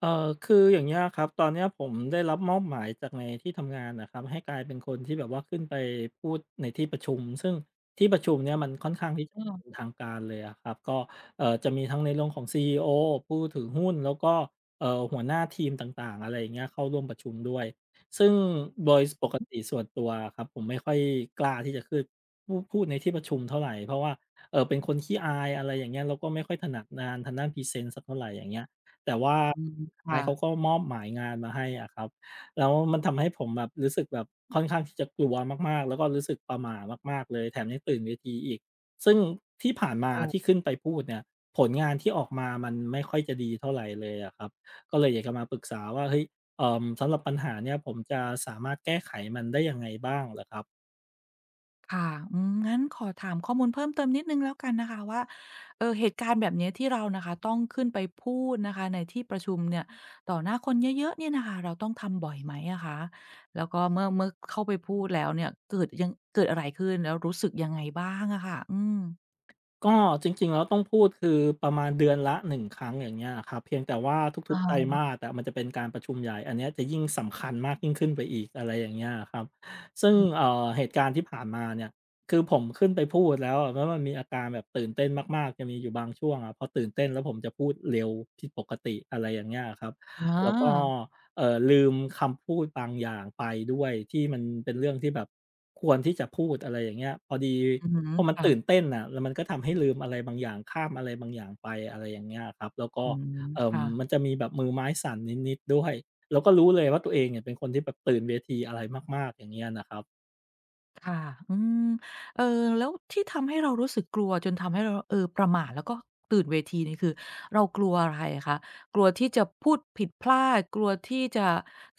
คืออย่างเงี้ยครับตอนเนี้ยผมได้รับมอบหมายจากในที่ทำงานนะครับให้กลายเป็นคนที่แบบว่าขึ้นไปพูดในที่ประชุมซึ่งที่ประชุมเนี่ยมันค่อนข้างที่จะเป็นอาทางการเลยอะครับก็จะมีทั้งในเรื่องของซี e อผู้ถือหุ้นแล้วก็หัวหน้าทีมต่างๆอะไรอย่างเงี้ยเข้าร่วมประชุมด้วยซึ่งโดยปกติส่วนตัวครับผมไม่ค่อยกล้าที่จะขึ้นพูดในที่ประชุมเท่าไหรเพราะว่าเออเป็นคนขี้อายอะไรอย่างเงี้ยแล้วก็ไม่ค่อยถนัดงานทางด้านพรีเซนต์สักเท่าไหรอย่างเงี้ย แต่ว่าอืมสุดท้าค่ะยเขาก็มอบหมายงานมาให้อะครับแล้วมันทำให้ผมแบบรู้สึกแบบค่อนข้างที่จะกลัวมากๆแล้วก็รู้สึกประหม่ามากๆเลยแถมยังตื่นเวทีอีกซึ่งที่ผ่านมาถูกที่ขึ้นไปพูดเนี่ยผลงานที่ออกมามันไม่ค่อยจะดีเท่าไรเลยอะครับก็เลยอยากจะมาปรึกษาว่าเฮ้ยสำหรับปัญหาเนี่ยผมจะสามารถแก้ไขมันได้ยังไงบ้างเหรอครับ ค่ะอืมงั้นขอถามข้อมูลเพิ่มเติมนิดหนึ่งแล้วกันนะคะว่าเหตุการณ์แบบเนี้ยที่เรานะคะต้องขึ้นไปพูดนะคะในที่ประชุมเนี่ยต่อหน้าคนเยอะๆเนี่ยนะคะเราต้องทำบ่อยไหมอะคะแล้วก็เมื่อเข้าไปพูดแล้วเนี่ยเกิดเกิดอะไรขึ้นแล้วรู้สึกยังไงบ้างอะค่ะอืมก็จริงๆแล้วต้องพูดคือประมาณเดือนละหนึ่งครั้งอย่างเงี้ยอะครับเพียงแต่ว่าทุอะกๆไตรมาสอะมันจะเป็นการประชุมใหญ่อันเนี้ยจะยิ่งสำคัญมากยิ่งขึ้นไปอีกอะไรอย่างเงี้ยอะครับซึ่องอือเหตุการณ์ที่ผ่านมาเนี่ยคือผมขึ้นไปพูดแล้วอะแล้วมันมีอาการแบบตื่นเต้นมากๆจะมีอยู่บางช่วงอะพอตื่นเต้นแล้วผมจะพูดเร็วผิดปกติอะไรอย่างเงี้ยอะครับอแล้วก็ าลืมคำพูดบางอย่างไปด้วยที่มันเป็นเรื่องที่แบบควรที่จะพูดอะไรอย่างเงี้ยพอดีอือฮึพอมันค่ะตื่นเต้นน่ะแล้วมันก็ทำให้ลืมอะไรบางอย่างข้ามอะไรบางอย่างไปอะไรอย่างเงี้ยครับแล้วก็อืมค่ะ มันจะมีแบบมือไม้สั่นนิดๆด้วยเราก็รู้เลยว่าตัวเองเนี่ยเป็นคนที่แบบตื่นเวทีอะไรมากๆอย่างเงี้ยนะครับ ค่ะอืมเอ่อแล้วที่ทำให้เรารู้สึกกลัวจนทำให้เราเออประหม่าแล้วก็ตื่นเวทีนี่คือเรากลัวอะไรคะกลัวที่จะพูดผิดพลาดกลัวที่จะ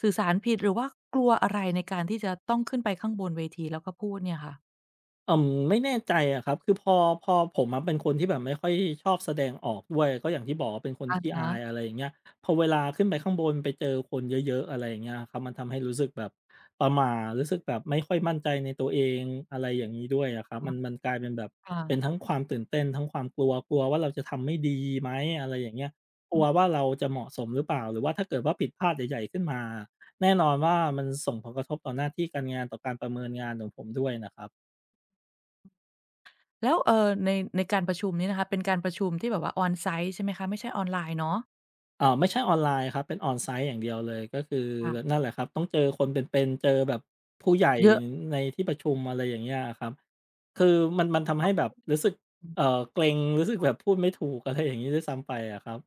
สื่อสารผิดหรือว่ากลัวอะไรในการที่จะต้องขึ้นไปข้างบนเวทีแล้วก็พูดเนี่ยค่ะเอ่อไม่แน่ใจอะครับคือพอผมอะเป็นคนที่แบบไม่ค่อยชอบแสดงออกด้วยก็อย่างที่บอกว่าเป็นคนอะขี้ฮะอายอะไรอย่างเงี้ยพอเวลาขึ้นไปข้างบนไปเจอคนเยอะๆอะไรอย่างเงี้ยครับมันทำให้รู้สึกแบบประหม่ารู้สึกแบบไม่ค่อยมั่นใจในตัวเองอะไรอย่างงี้ด้วยอะครับอ๋อมันกลายเป็นแบบค่ะเป็นทั้งความตื่นเต้นทั้งความกลัวกลัวว่าเราจะทำไม่ดีไหมอะไรอย่างเงี้ยกอืลัวมว่าเราจะเหมาะสมหรือเปล่าหรือว่าถ้าเกิดว่าผิดพลาดใหญ่ๆขึ้นมาแน่นอนว่ามันส่งผลกระทบต่อหน้าที่การงานต่อการประเมินงานของผมด้วยนะครับ แล้วในการประชุมนี้นะคะเป็นการประชุมที่แบบว่า on-site ใช่ไหมคะไม่ใช่ออนไลน์เนาะเอ่าไม่ใช่ออนไลน์ครับเป็น on-site อย่างเดียวเลยก็คือแบบค่ะนั่นแหละครับต้องเจอคนเป็นๆเจอแบบผู้ใหญ่เยอะ ในที่ประชุมอะไรอย่างเงี้ยอะครับคือมันทำให้แบบรู้สึกเกร็งรู้สึกแบบ พูดไม่ถูกอะไรอย่างงี้ด้วยซ้ำไปอะครับ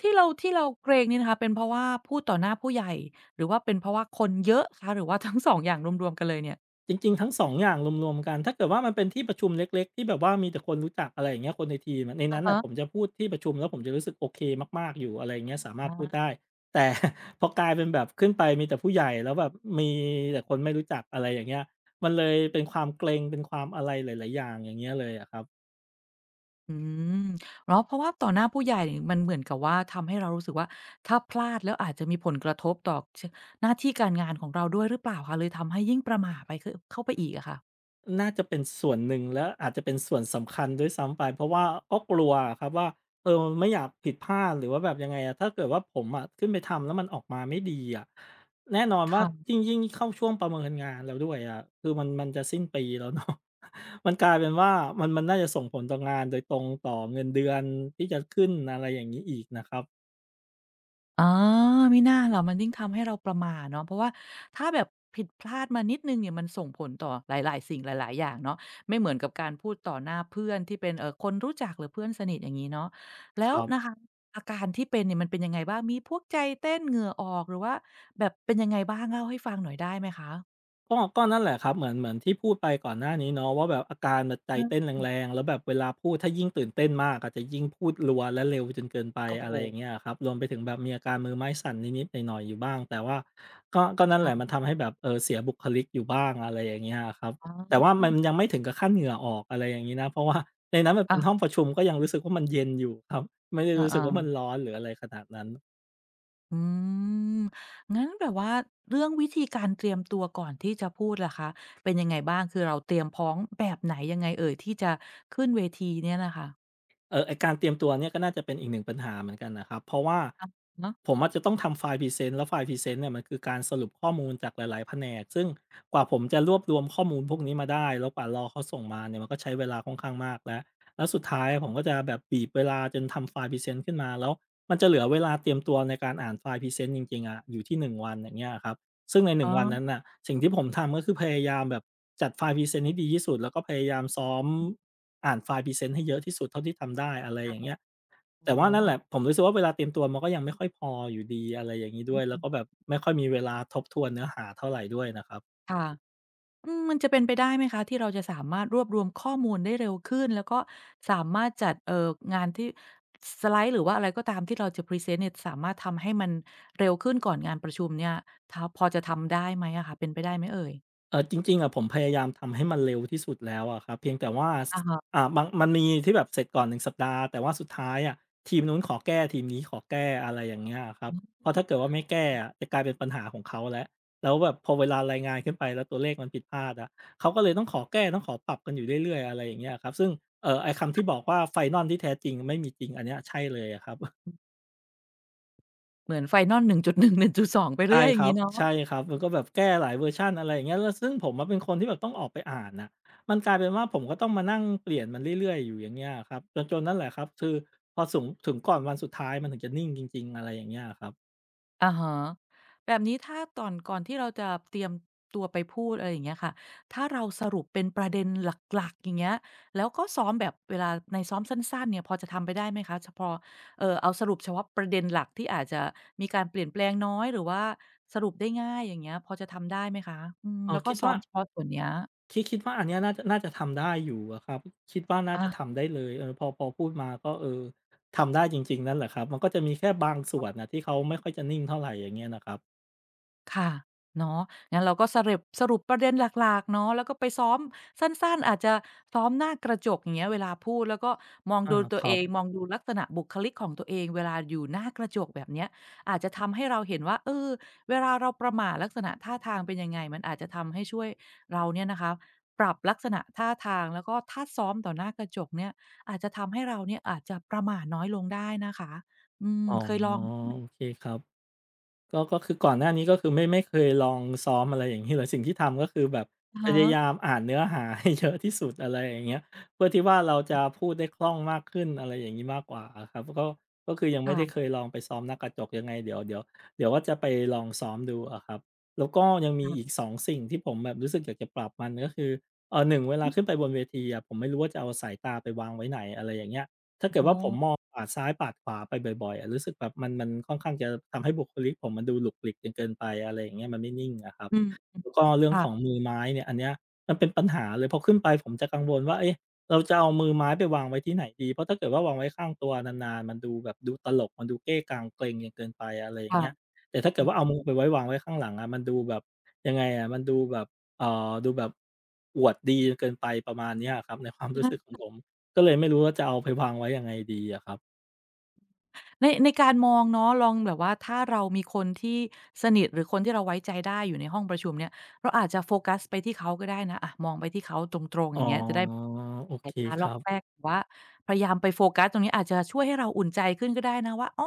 ที่เราเกรงนี่นะคะเป็นเพราะว่าพูดต่อหน้าผู้ใหญ่หรือว่าเป็นเพราะว่าคนเยอะคะหรือว่า ทั้ง2องอย่างรวมๆกันเลยเนี่ยจริงๆทั้ง2องอย่างรวมๆกันถ้าเกิดว่ามันเป็นที่ประชุมเล็กๆที่แบบว่ามีแต่คนรู้จักอะไรอย่างเงี้ยคนในทีมอะในอะนั้นน่ะฮะผมจะพูดที่ประชุมแล้วผมจะรู้สึกโอเคมากๆอยู่อะไรอย่างเงี้ยสามารถพูดอาได้แต่ พอกลายเป็นแบบขึ้นไปมีแต่ผู้ใหญ่แล้วแบบมีแต่คนไม่รู้จักอะไรอย่างเงี้ยมันเลยเป็นความเกรงเป็นความอะไรหลายๆอย่างอย่างเงี้ยเลยอะครับ อืมอ๋อเพราะว่าต่อหน้าผู้ใหญ่มันเหมือนกับว่าทำให้เรารู้สึกว่าถ้าพลาดแล้วอาจจะมีผลกระทบต่อชหน้าที่การงานของเราด้วยหรือเปล่าคะเลยทำให้ยิ่งประหม่าไปขเข้าไปอีกอะค่ะน่าจะเป็นส่วนหนึ่งและอาจจะเป็นส่วนสำคัญด้วยซ้ำไปเพราะว่าก็กลัวอะครับว่าเออไม่อยากผิดพลาดหรือว่าแบบยังไงอะถ้าเกิดว่าผมอะขึ้นไปทำแล้วมันออกมาไม่ดีอะแน่นอนว่าค่ะ ยิ่งเข้าช่วงประเมินงานแล้วด้วยอะคือมันจะสิ้นปีแล้วเนาะ มันกลายเป็นว่ามันน่าจะส่งผลต่องานโดยตรงต่อเงินเดือนที่จะขึ้นอะไรอย่างงี้อีกนะครับอ๋อมิน่าล่ะมันยิ่งทำให้เราประหม่าเนาะเพราะว่าถ้าแบบผิดพลาดมานิดหนึ่งเนี่ยมันส่งผลต่อหลายๆสิ่งหลายๆอย่างเนาะไม่เหมือนกับการพูดต่อหน้าเพื่อนที่เป็นคนรู้จักหรือเพื่อนสนิทอย่างงี้เนาะแล้ควรันะคะบ อาการที่เป็นเนี่ยมันเป็นยังไงบ้างมีพวกใจเต้นเหงื่อออกหรือว่าแบบเป็นยังไงบ้างเล่าให้ฟังหน่อยได้ไหมคะก็ก็นั่นแหละครับเหมือนที่พูดไปก่อนหน้านี้เนาะว่าแบบอาการแบบใจเอเต้นแรองๆแล้วแบบเวลาพูดถ้ายิ่งตื่นเต้นมากอาจจะยิ่งพูดรัวและเร็วจนเกินไปโอ้โฮอะไรอย่างเงี้ยอะครับรวมไปถึงแบบมีอาการมือไม้สั่นนิดๆหน่อยๆอยู่บ้างแต่ว่าก็ก็นั่นแหละมันค่ะทำให้แบบเสียบุคลิกอยู่บ้างอะไรอย่างเงี้ยอะครับอ๋แต่อว่ามันยังไม่ถึงกับขั้นเหงื่อออกอะไรอย่างงี้นะเพราะว่าในนั้นมันเป็อะนห้องประชุมก็ยังรู้สึกว่ามันเย็นอยู่ครับไม่ได้อรู้สึกาว่าๆ มันร้อนหรืออะไรขนาดนั้น อืมงั้นแบบว่าเรื่องวิธีการเตรียมตัวก่อนที่จะพูดล่ะคะเป็นยังไงบ้างคือเราเตรียมพร้อมแบบไหนยังไงเอ่ยที่จะขึ้นเวทีเนี่ยน่ะค่ะเออไอการเตรียมตัวเนี่ยก็น่าจะเป็นอีกหนึ่งปัญหาเหมือนกันนะครับเพราะว่าอะฮะผมอาจจะต้องทำไฟล์พรีเซนต์แล้วไฟล์พรีเซนต์เนี่ยมันคือการสรุปข้อมูลจากหลายๆแผนกซึ่งกว่าผมจะรวบรวมข้อมูลพวกนี้มาได้แล้วกว่ารอเขาส่งมาเนี่ยมันก็ใช้เวลาค่อนข้างมากแล้วแล้วสุดท้ายผมก็จะแบบบีบเวลาจนทำไฟล์พรีเซนต์ขึ้นมาแล้วมันจะเหลือเวลาเตรียมตัวในการอ่านไฟล์พรีเซนต์จริงๆอะอยู่ที่หนึ่งวันอย่างเงี้ยครับซึ่งในหอ๋อนึ่งวันนั้นน่ะสิ่งที่ผมทำก็คือพยายามแบบจัดไฟล์พรีเซนต์ให้ดีที่สุดแล้วก็พยายามซ้อม อ่านไฟล์พรีเซนต์ให้เยอะที่สุดเท่าที่ทำได้อะไรค่ะอย่างโอ้เงี้ยโฮแต่ว่านั่นแหละผมรู้สึกว่าเวลาเตรียมตัวมันก็ยังไม่ค่อยพออยู่ดีอะไรอย่างงี้ด้นี่วยแล้คืวอก็แบบไม่ค่อยมีเวลาทบทวนเนื้อหาเท่าไรด้วยนะครับ ค่ะอืมมันจะเป็นไปได้ไหมคะที่เราจะสามารถรวบรวมข้อมูลได้เร็วขึ้นแล้วก็สามารถจัดงานที่สไลด์หรือว่าอะไรก็ตามที่เราจะพรีเซนต์เนี่ยสามารถทำให้มันเร็วขึ้นก่อนงานประชุมเนี่ยทพอจะทำได้ไหมอะคะเป็นไปได้ไหมเอ่ยเออจริงๆอะผมพยายามทำให้มันเร็วที่สุดแล้วอะครับเพียงแต่ว่าสอะฮะ บางมันมีที่แบบเสร็จก่อน1สัปดาห์แต่ว่าสุดท้ายอะทีมนู้นขอแก้ทีมนี้ขอแก้อะไรอย่างเงี้ยอะครับเพราะถ้าเกิดว่าไม่แก้อะจะกลายเป็นปัญหาของเขาแล้วแล้วแบบพอเวลารายงานขึ้นไปแล้วตัวเลขมันผิดพลาดอะเขาก็เลยต้องขอแก้ต้องขอปรับกันอยู่เรื่อยๆอะไรอย่างเงี้ยครับซึ่งเออไอคำที่บอกว่าไฟนอลที่แท้จริงไม่มีจริงอันเนี้ยใช่เลยอะครับ เหมือน Final 1.1 1.2 ไปเรื่ใช่อยอคย่างรังี้บเนาะใช่ครับมันก็แบบแก้หลายเวอร์ชันอะไรอย่างเงี้ยแล้วซึ่งผมอะเป็นคนที่แบบต้องออกไปอ่านน่ะมันกลายเป็นว่าผมก็ต้องมานั่งเปลี่ยนมันเรื่อยๆอยู่อย่างเงี้ยอะครับจนจนนั่นแหละครับคือพอสุงถึงก่อนวันสุดท้ายมันถึงจะนิ่งจริงๆอะไรอย่างเงี้ยอะครับอะฮะแบบนี้ถ้าตอนก่อนที่เราจะเตรียมตัวไปพูดอะไรอย่างเงี้ยค่ะถ้าเราสรุปเป็นประเด็นหลักๆอย่างเงี้ยแล้วก็ซ้อมแบบเวลาในซ้อมสั้นๆเนี่ยพอจะทำไปได้ไหมคะเฉพาะเอาสรุปเฉพาะประเด็นหลักที่อาจจะมีการเปลี่ยนแปลงน้อยหรือว่าสรุปได้ง่ายอย่างเงี้ยพอจะทำได้ไหมคะอืมเอแล้อวก็คิดซ้อว่ามเฉพาะส่วนเนี้ยคิดว่าอันเนี้ยน่าจะทำได้อยู่อะครับคิดว่าน่าจะอะ ทำได้เลยเออพอพูดมาก็เออทำได้จริงๆนั่นแหละครับมันก็จะมีแค่บางส่วนน่ะที่เขาไม่ค่อยจะนิ่งเท่าไรอย่างเงี้ยนะครับค่ะเนาะงั้นเราก็สเรุปสรุปประเด็นหลักๆเนาะแล้วก็ไปซ้อมสั้นๆอาจจะซ้อมหน้ากระจกอย่างเงี้ยเวลาพูดแล้วก็มองอาดูตัควเอรับงมองดูลักษณะบุคลิกของตัวเองเวลาอยู่หน้ากระจกแบบเนี้ยอาจจะทำให้เราเห็นว่าเออเวลาเราประหม่าลักษณะท่าทางเป็นยังไงมันอาจจะทำให้ช่วยเราเนี่ยนะคะปรับลักษณะท่าทางแล้วก็ถ้าซ้อมต่อหน้ากระจกเนี่ยอาจจะทำให้เราเนี่ยอาจจะประหม่าน้อยลงได้นะคะอืมอ๋อเคยลองไหมโอเคครับ ก็ก็คือก่อนหน้านี้ก็คือไม่เคยลองซ้อมอะไรอย่างงี้เลยสิ่งที่ทำก็คือแบบอะพฮะยายามอ่านเนื้อหาให้เยอะที่สุดอะไรอย่างเงี้ยเพื่อที่ว่าเราจะพูดได้คล่องมากขึ้นอะไรอย่างงี้มากกว่าอะครับก็ก็คือยังไม่ได้เคค่ยลองไปซ้อมหน้ากระจกยังไงเดี๋ยวว่าจะไปลองซ้อมดูอะครับแล้วก็ยังมีอีกะสองสิ่งที่ผมแบบรู้สึกอยากจะปรับมันก็คือเอ่อ1เวๆลาอือขึ้นไปบนเวทีอะผมไม่รู้ว่าจะเอาสายตาไปวางไว้ไหนอะไรอย่างเงี้ย ถ้าเกิอ๋ดอ ว่าผมมองปาดซ้ายปาดขวาไปบ่อยๆอะรู้สึกแบบมันค่อนข้างจะทำให้บุคลิกผมมันดูหลุกหลิกจนเกินไปอะไรอย่างเงี้ยมันไม่นิ่งอะครับอืมแล้วก็เรื่องของค่ะมือไม้เนี่ยอันเนี้ยมันเป็นปัญหาเลยพอขึ้นไปผมจะกังวลว่าเอ๊ะเราจะเอามือไม้ไปวางไว้ที่ไหนดีเพราะถ้าเกิดว่าวางไว้ข้างตัวนานๆมันดูแบบดูตลกมันดูเก้กังเกร็งจนเกินไปอะไรอย่างค่ะเงี้ยแต่ถ้าเกิอืดว่าม เอามือไปไว้วางไว้ข้างหลังอะมันดูแบบยังไงอะมันดูแบบดูแบบอวดดีจนเกินไปประมาณเนี้ยอะครับในความรู้สึกของ ผม ก็เลยไม่รู้ว่าจะเอาไปวางไว้ยังไงดีอะครับ ในการมองเนาะลองแบบว่า ถ้าเรามีคนที่สนิทหรือคนที่เราไว้ใจได้อยู่ในห้องประชุมเนี่ยเราอาจจะโฟกัสไปที่เขาก็ได้นะอะมองไปที่เขาตรงๆออ๋อ ย่างเงี้ยจะได้โอสายเคตาคลอกรับ แลกหรือว่าพยายามไปโฟกัสตรงนี้อาจจะช่วยให้เราอุ่นใจขึ้นก็ได้นะว่าอ๋อ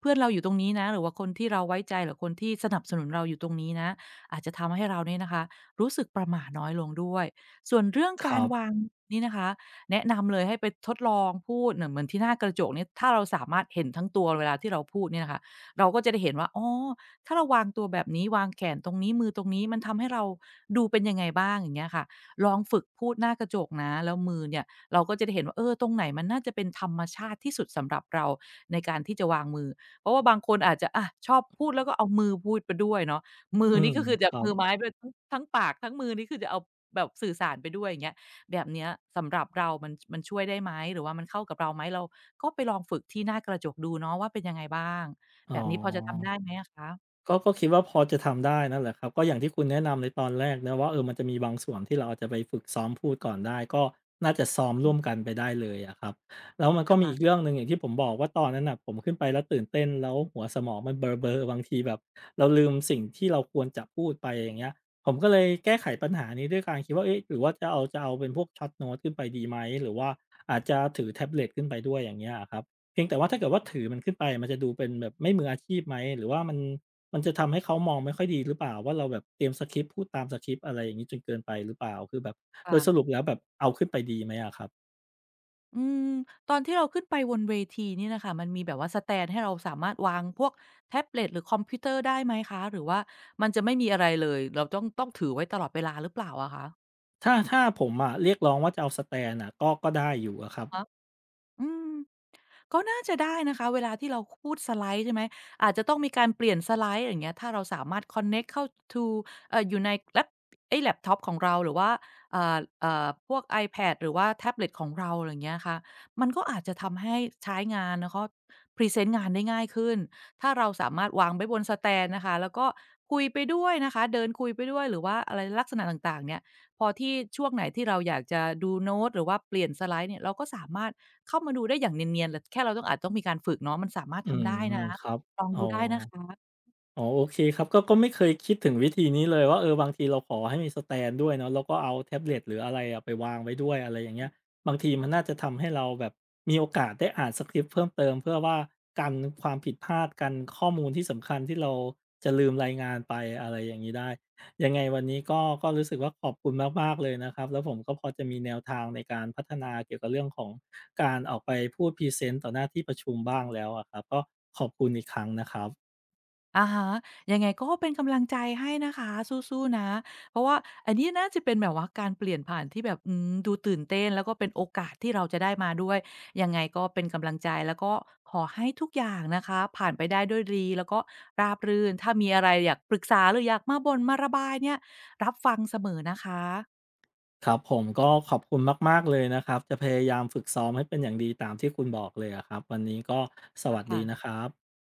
เพื่อนเราอยู่ตรงนี้นะหรือว่าคนที่เราไว้ใจหรือคนที่สนับสนุนเราอยู่ตรงนี้นะอาจจะทำให้เราเนี่ยนะคะรู้สึกประหม่าน้อยลงด้วยส่วนเรื่องคการรับ วางนี่นะคะ แนะนำเลยให้ไปทดลองพูดเหมือนที่หน้ากระจกเนี่ยถ้าเราสามารถเห็นทั้งตัวเวลาที่เราพูดเนี่ยนะคะเราก็จะได้เห็นว่าอ๋อถ้าเราวางตัวแบบนี้วางแขนตรงนี้มือตรงนี้มันทำให้เราดูเป็นยังไงบ้างอย่างเงี้ยค่ะลองฝึกพูดหน้ากระจกนะแล้วมือเนี่ยเราก็จะได้เห็นว่าเออตรงไหนมันน่าจะเป็นธรรมชาติที่สุดสำหรับเราในการที่จะวางมือเพราะว่าบางคนอาจจะอะชอบพูดแล้วก็เอามือพูดไปด้วยเนาะมืออืนี่ม ก็คือคจะรัมืบ อไม้ไปทั้งปากทั้งมือนี่คือจะเอาแบบสื่อสารไปด้วยอย่างเงี้ย แบบเนี้ยสำหรับเรามันช่วยได้ไหมหรือว่ามันเข้ากับเราไหมเราก็ไปลองฝึกที่หน้ากระจกดูเนาะว่าเป็นยังไงบ้างอ๋แบอ บนี้พอจะทำได้ไหมอะคะก็คิดว่าพอจะทำได้นั่นแหละครับก็อย่างที่คุณแนะนำในตอนแรกนะว่ามันจะมีบางส่วนที่เราอาจจะไปฝึกซ้อมพูดก่อนได้ก็น่าจะซ้อมร่วมกันไปได้เลยอะครับแล้วมันก็มีอีกเรื่ค่ะองหนึ่งอย่างที่ผมบอกว่าตอนนั้นน่ะผมขึ้นไปแล้วตื่นเต้นแล้วหัวสมองมันเบลอๆบางทีแบบเราลืมสิ่งที่เราควรจะพูดไปอย่างเงี้ยผมก็เลยแก้ไขปัญหานี้ด้วยการคิดว่าเอ๊ะหรือว่าจะเอาเป็นพวกช็อตโน้ตขึ้นไปดีไหมหรือว่าอาจจะถือแท็บเล็ตขึ้นไปด้วยอย่างเงี้ยอะครับเพียงแต่ว่าถ้าเกิดว่าถือมันขึ้นไปมันจะดูเป็นแบบไม่มืออาชีพไหมหรือว่ามันจะทำให้เขามองไม่ค่อยดีหรือเปล่าว่าเราแบบเตรียมสกริปต์พูดตามสกริปต์อะไรอย่างงี้จนเกินไปหรือเปล่าคือแบบโดยสรุค่ะปแล้วแบบเอาขึ้นไปดีไหมอะครับอืมตอนที่เราขึ้นไปบนเวทีเนี่ยน่ะค่ะมันมีแบบว่าสแตนด์ให้เราสามารถวางพวกแท็บเล็ตหรือคอมพิวเตอร์ได้ไหมคะหรือว่ามันจะไม่มีอะไรเลยเราต้องถือไว้ตลอดเวลาหรือเปล่าอะคะถ้าผมอะเรียกร้องว่าจะเอาสแตนอะก็ได้อยู่อะครัอะบฮะอืม ก็น่าจะได้นะคะเวลาที่เราพูดสไลด์ใช่ไหมอาจจะต้องมีการเปลี่ยนสไลด์อย่างเงี้ยถ้าเราสามารถคอนเน็กต์เข้า to อยู่ในแล็ปไอ้แล็ปท็อปของเราหรือว่าอ่าพวก iPad หรือว่าแท็บเล็ตของเราไรเงี้ยค่ะมันก็อาจจะทำให้ใช้งานแล้วก็พรีเซนต์งานได้ง่ายขึ้นถ้าเราสามารถวางไว้บนสแตนนะคะแล้วก็คุยไปด้วยนะคะเดินคุยไปด้วยหรือว่าอะไรลักษณะต่างๆเนี่ยพอที่ช่วงไหนที่เราอยากจะดูโน้ตหรือว่าเปลี่ยนสไลด์เนี่ยเราก็สามารถ เข้ามาดูได้อย่างเนียนๆแต่แค่เราต้องอาจต้องมีการฝึกเนาะมันสามารถอืทำได้มนะครับลองอ๋อ ดูได้นะคะอ๋อโอเคครับก็ไม่เคยคิดถึงวิธีนี้เลยว่าเออบางทีเราขอให้มีสแตนด์ด้วยเนาะแล้วก็เอาแท็บเล็ตหรืออะไรไปวางไว้ด้วยอะไรอย่างเงี้ยบางทีมันน่าจะทำให้เราแบบมีโอกาสได้อ่านสคริปต์เพิ่มเติมเพื่อว่ากันความผิดพลาดกันข้อมูลที่สำคัญที่เราจะลืมรายงานไปอะไรอย่างนี้ได้ยังไงวันนี้ก็รู้สึกว่าขอบคุณมากๆเลยนะครับแล้วผมก็พอจะมีแนวทางในการพัฒนาเกี่ยวกับเรื่องของการออกไปพูดพรีเซนต์ต่อหน้าที่ประชุมบ้างแล้วอะครับก็ขอบคุณอีกครั้งนะครับ อะฮะยังไงก็เป็นกำลังใจให้นะคะสู้ๆนะเพราะว่าอันนี้น่าจะเป็นแบบว่าการเปลี่ยนผ่านที่แบบอืมดูตื่นเต้นแล้วก็เป็นโอกาสที่เราจะได้มาด้วยยังไงก็เป็นกำลังใจแล้วก็ขอให้ทุกอย่างนะคะผ่านไปได้ด้วยดีแล้วก็ราบรื่นถ้ามีอะไรอยากปรึกษาหรืออยากมาบ่นมาระบายเนี่ยรับฟังเสมอนะคะครับผมก็ขอบคุณมากๆเลยนะครับจะพยายามฝึกซ้อมให้เป็นอย่างดีตามที่คุณบอกเลยอะครับวันนี้ก็สวัสค่ะดีนะครับ